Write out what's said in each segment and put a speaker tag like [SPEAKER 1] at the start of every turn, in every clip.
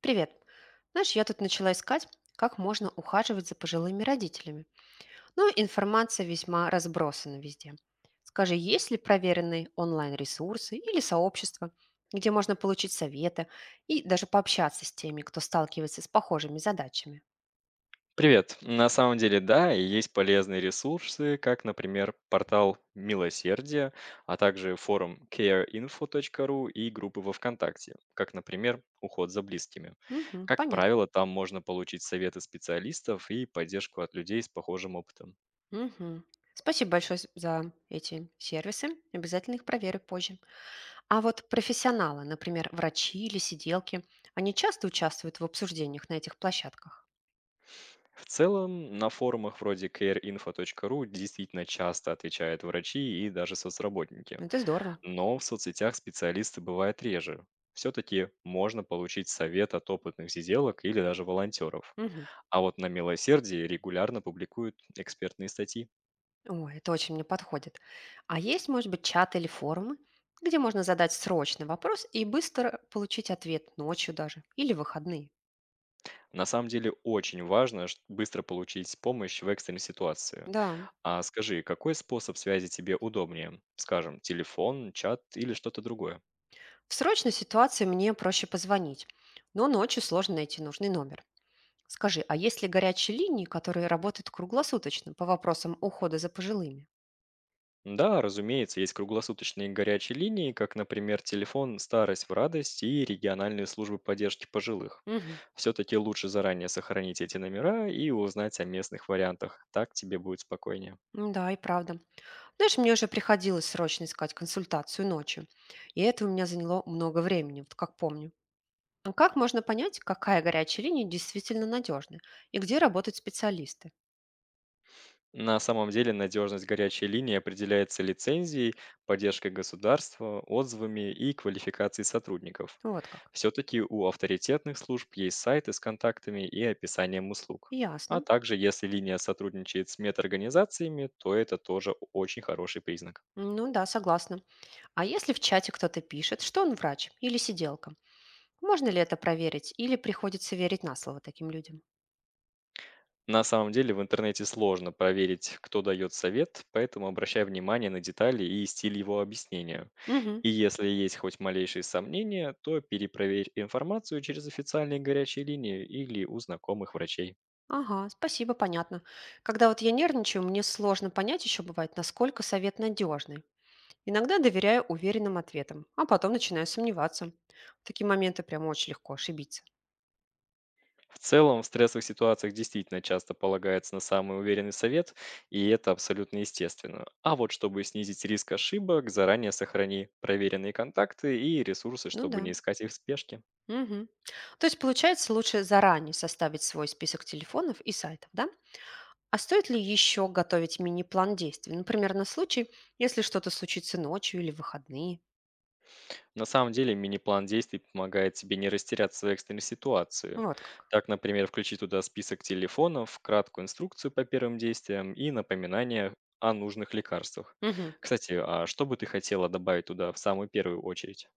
[SPEAKER 1] Привет. Знаешь, я тут начала искать, как можно ухаживать за пожилыми родителями. Но информация весьма разбросана везде. Скажи, есть ли проверенные онлайн-ресурсы или сообщества, где можно получить советы и даже пообщаться с теми, кто сталкивается с похожими задачами?
[SPEAKER 2] Привет. На самом деле, да, и есть полезные ресурсы, как, например, портал Милосердия, а также форум careinfo.ru и группы во ВКонтакте, как, например, уход за близкими.
[SPEAKER 1] Мгм,
[SPEAKER 2] Как
[SPEAKER 1] понятно.
[SPEAKER 2] правило, там можно получить советы специалистов и поддержку от людей с похожим опытом.
[SPEAKER 1] Мгм. Спасибо большое за эти сервисы. Обязательно их проверю позже. А вот профессионалы, например, врачи или сиделки, они часто участвуют в обсуждениях на этих площадках.
[SPEAKER 2] В целом, на форумах вроде careinfo.ru действительно часто отвечают врачи и даже соцработники.
[SPEAKER 1] Это здорово.
[SPEAKER 2] Но в соцсетях специалисты бывают реже. Все-таки можно получить совет от опытных сиделок или даже волонтеров.
[SPEAKER 1] Мгм.
[SPEAKER 2] А вот на милосердии регулярно публикуют экспертные статьи.
[SPEAKER 1] Ой, это очень мне подходит. А есть, может быть, чат или форумы, где можно задать срочный вопрос и быстро получить ответ ночью даже или в выходные?
[SPEAKER 2] На самом деле очень важно быстро получить помощь в экстренной ситуации.
[SPEAKER 1] Да.
[SPEAKER 2] А скажи, какой способ связи тебе удобнее? Скажем, телефон, чат или что-то другое?
[SPEAKER 1] В срочной ситуации мне проще позвонить, но ночью сложно найти нужный номер. Скажи, а есть ли горячие линии, которые работают круглосуточно по вопросам ухода за пожилыми?
[SPEAKER 2] Да, разумеется, есть круглосуточные горячие линии, как, например, телефон «Старость в радость» и региональные службы поддержки пожилых.
[SPEAKER 1] Мгм.
[SPEAKER 2] Все-таки лучше заранее сохранить эти номера и узнать о местных вариантах. Так тебе будет спокойнее.
[SPEAKER 1] М, да, и правда. Знаешь, мне уже приходилось срочно искать консультацию ночью, и это у меня заняло много времени, вот как помню. А как можно понять, какая горячая линия действительно надежна и где работают специалисты?
[SPEAKER 2] На самом деле надежность горячей линии определяется лицензией, поддержкой государства, отзывами и квалификацией сотрудников.
[SPEAKER 1] Ну, вот как.
[SPEAKER 2] Все-таки у авторитетных служб есть сайты с контактами и описанием услуг. А
[SPEAKER 1] Ясно.
[SPEAKER 2] также, если линия сотрудничает с медорганизациями, то это тоже очень хороший признак.
[SPEAKER 1] Ну да, согласна. А если в чате кто-то пишет, что он врач или сиделка, можно ли это проверить или приходится верить на слово таким людям?
[SPEAKER 2] На самом деле в интернете сложно проверить, кто дает совет, поэтому обращай внимание на детали и стиль его объяснения.
[SPEAKER 1] Угу.
[SPEAKER 2] И если есть хоть малейшие сомнения, то перепроверь информацию через официальные горячие линии или у знакомых врачей.
[SPEAKER 1] Ага, спасибо, понятно. Когда вот я нервничаю, мне сложно понять еще бывает, насколько совет надежный. Иногда доверяю уверенным ответам, а потом начинаю сомневаться. В такие моменты прям очень легко ошибиться.
[SPEAKER 2] В целом, в стрессовых ситуациях действительно часто полагается на самый уверенный совет, и это абсолютно естественно. А вот чтобы снизить риск ошибок, заранее сохрани проверенные контакты и ресурсы,
[SPEAKER 1] Ну
[SPEAKER 2] чтобы
[SPEAKER 1] да.
[SPEAKER 2] не искать их в спешке.
[SPEAKER 1] Мгм. То есть, получается, лучше заранее составить свой список телефонов и сайтов, да? А стоит ли еще готовить мини-план действий? Например, на случай, если что-то случится ночью или в выходные.
[SPEAKER 2] На самом деле мини-план действий помогает тебе не растеряться в экстренной ситуации.
[SPEAKER 1] Ну, вот как.
[SPEAKER 2] Так, например, включи туда список телефонов, краткую инструкцию по первым действиям и напоминание о нужных лекарствах.
[SPEAKER 1] Мгм.
[SPEAKER 2] Кстати, а что бы ты хотела добавить туда в самую первую очередь?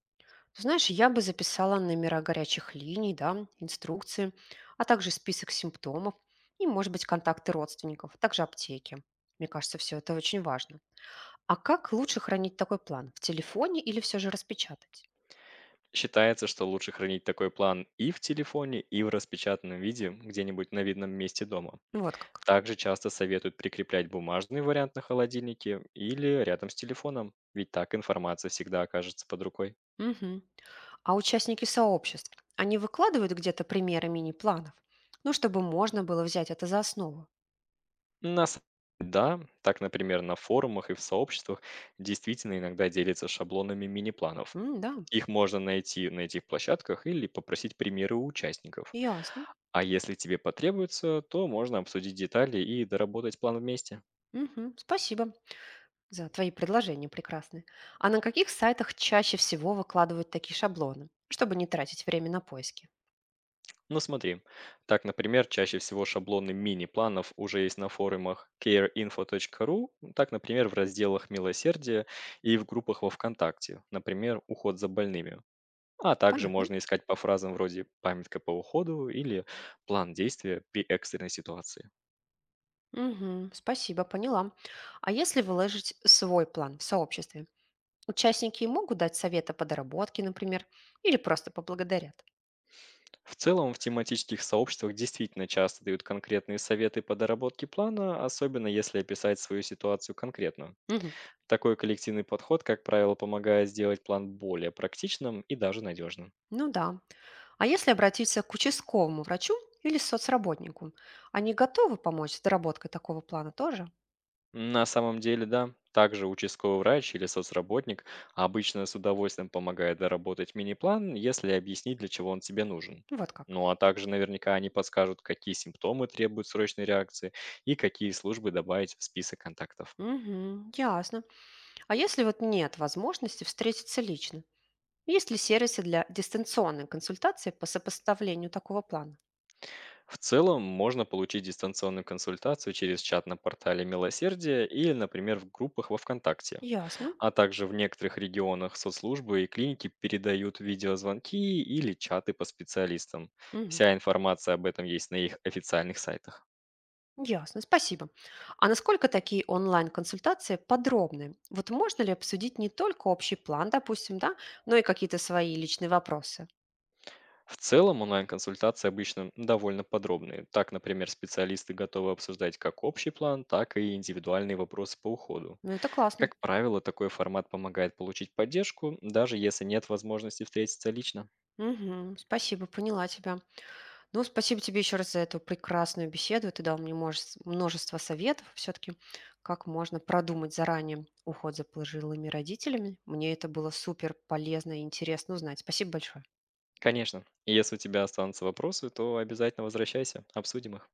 [SPEAKER 1] Ты знаешь, я бы записала номера горячих линий, да, инструкции, а также список симптомов и, может быть, контакты родственников, а также аптеки. Мне кажется, все это очень важно. А как лучше хранить такой план? В телефоне или все же распечатать?
[SPEAKER 2] Считается, что лучше хранить такой план и в телефоне, и в распечатанном виде где-нибудь на видном месте дома.
[SPEAKER 1] Ну, вот как.
[SPEAKER 2] Также часто советуют прикреплять бумажный вариант на холодильнике или рядом с телефоном, ведь так информация всегда окажется под рукой.
[SPEAKER 1] Мгм. А участники сообществ, они выкладывают где-то примеры мини-планов, ну, чтобы можно было взять это за основу.
[SPEAKER 2] На са Да, так, например, на форумах и в сообществах действительно иногда делятся шаблонами мини-планов.
[SPEAKER 1] М, да,
[SPEAKER 2] Их можно найти на этих площадках или попросить примеры у участников.
[SPEAKER 1] ясно.
[SPEAKER 2] А если тебе потребуется, то можно обсудить детали и доработать план вместе.
[SPEAKER 1] Мгм, спасибо за твои предложения прекрасные. А на каких сайтах чаще всего выкладывают такие шаблоны, чтобы не тратить время на поиски?
[SPEAKER 2] Ну смотри, так, например, чаще всего шаблоны мини-планов уже есть на форумах careinfo.ru, так, например, в разделах «Милосердие» и в группах во ВКонтакте, например, «Уход за больными». А также
[SPEAKER 1] Понятно.
[SPEAKER 2] можно искать по фразам вроде «памятка по уходу» или «план действия при экстренной ситуации».
[SPEAKER 1] Мгм, спасибо, поняла. А если выложить свой план в сообществе, участники могут дать советы по доработке, например, или просто поблагодарят?
[SPEAKER 2] В целом, в тематических сообществах действительно часто дают конкретные советы по доработке плана, особенно если описать свою ситуацию конкретно.
[SPEAKER 1] Мгм,
[SPEAKER 2] Такой коллективный подход, как правило, помогает сделать план более практичным и даже надежным.
[SPEAKER 1] ну да. А если обратиться к участковому врачу или соцработнику, они готовы помочь с доработкой такого плана тоже?
[SPEAKER 2] На самом деле, да. Также участковый врач или соцработник обычно с удовольствием помогает доработать мини-план, если объяснить, для чего он тебе нужен.
[SPEAKER 1] Ну, вот как.
[SPEAKER 2] Ну а также наверняка они подскажут, какие симптомы требуют срочной реакции и какие службы добавить в список контактов.
[SPEAKER 1] Мгм, ясно. А если вот нет возможности встретиться лично? Есть ли сервисы для дистанционной консультации по сопоставлению такого плана?
[SPEAKER 2] В целом, можно получить дистанционную консультацию через чат на портале «Милосердие» или, например, в группах во ВКонтакте.
[SPEAKER 1] Ясно.
[SPEAKER 2] А также в некоторых регионах соцслужбы и клиники передают видеозвонки или чаты по специалистам.
[SPEAKER 1] Мгм,
[SPEAKER 2] Вся информация об этом есть на их официальных сайтах.
[SPEAKER 1] ясно, спасибо. А насколько такие онлайн-консультации подробны? Вот можно ли обсудить не только общий план, допустим, да, но и какие-то свои личные вопросы?
[SPEAKER 2] В целом онлайн-консультации обычно довольно подробные. Так, например, специалисты готовы обсуждать как общий план, так и индивидуальные вопросы по уходу.
[SPEAKER 1] Ну, это классно.
[SPEAKER 2] Как правило, такой формат помогает получить поддержку, даже если нет возможности встретиться лично.
[SPEAKER 1] Мгм, спасибо, поняла тебя. Ну, спасибо тебе еще раз за эту прекрасную беседу. Ты дал мне множество советов все-таки, как можно продумать заранее уход за пожилыми родителями. Мне это было супер полезно и интересно узнать. Спасибо большое.
[SPEAKER 2] Конечно, если у тебя останутся вопросы, то обязательно возвращайся, обсудим их.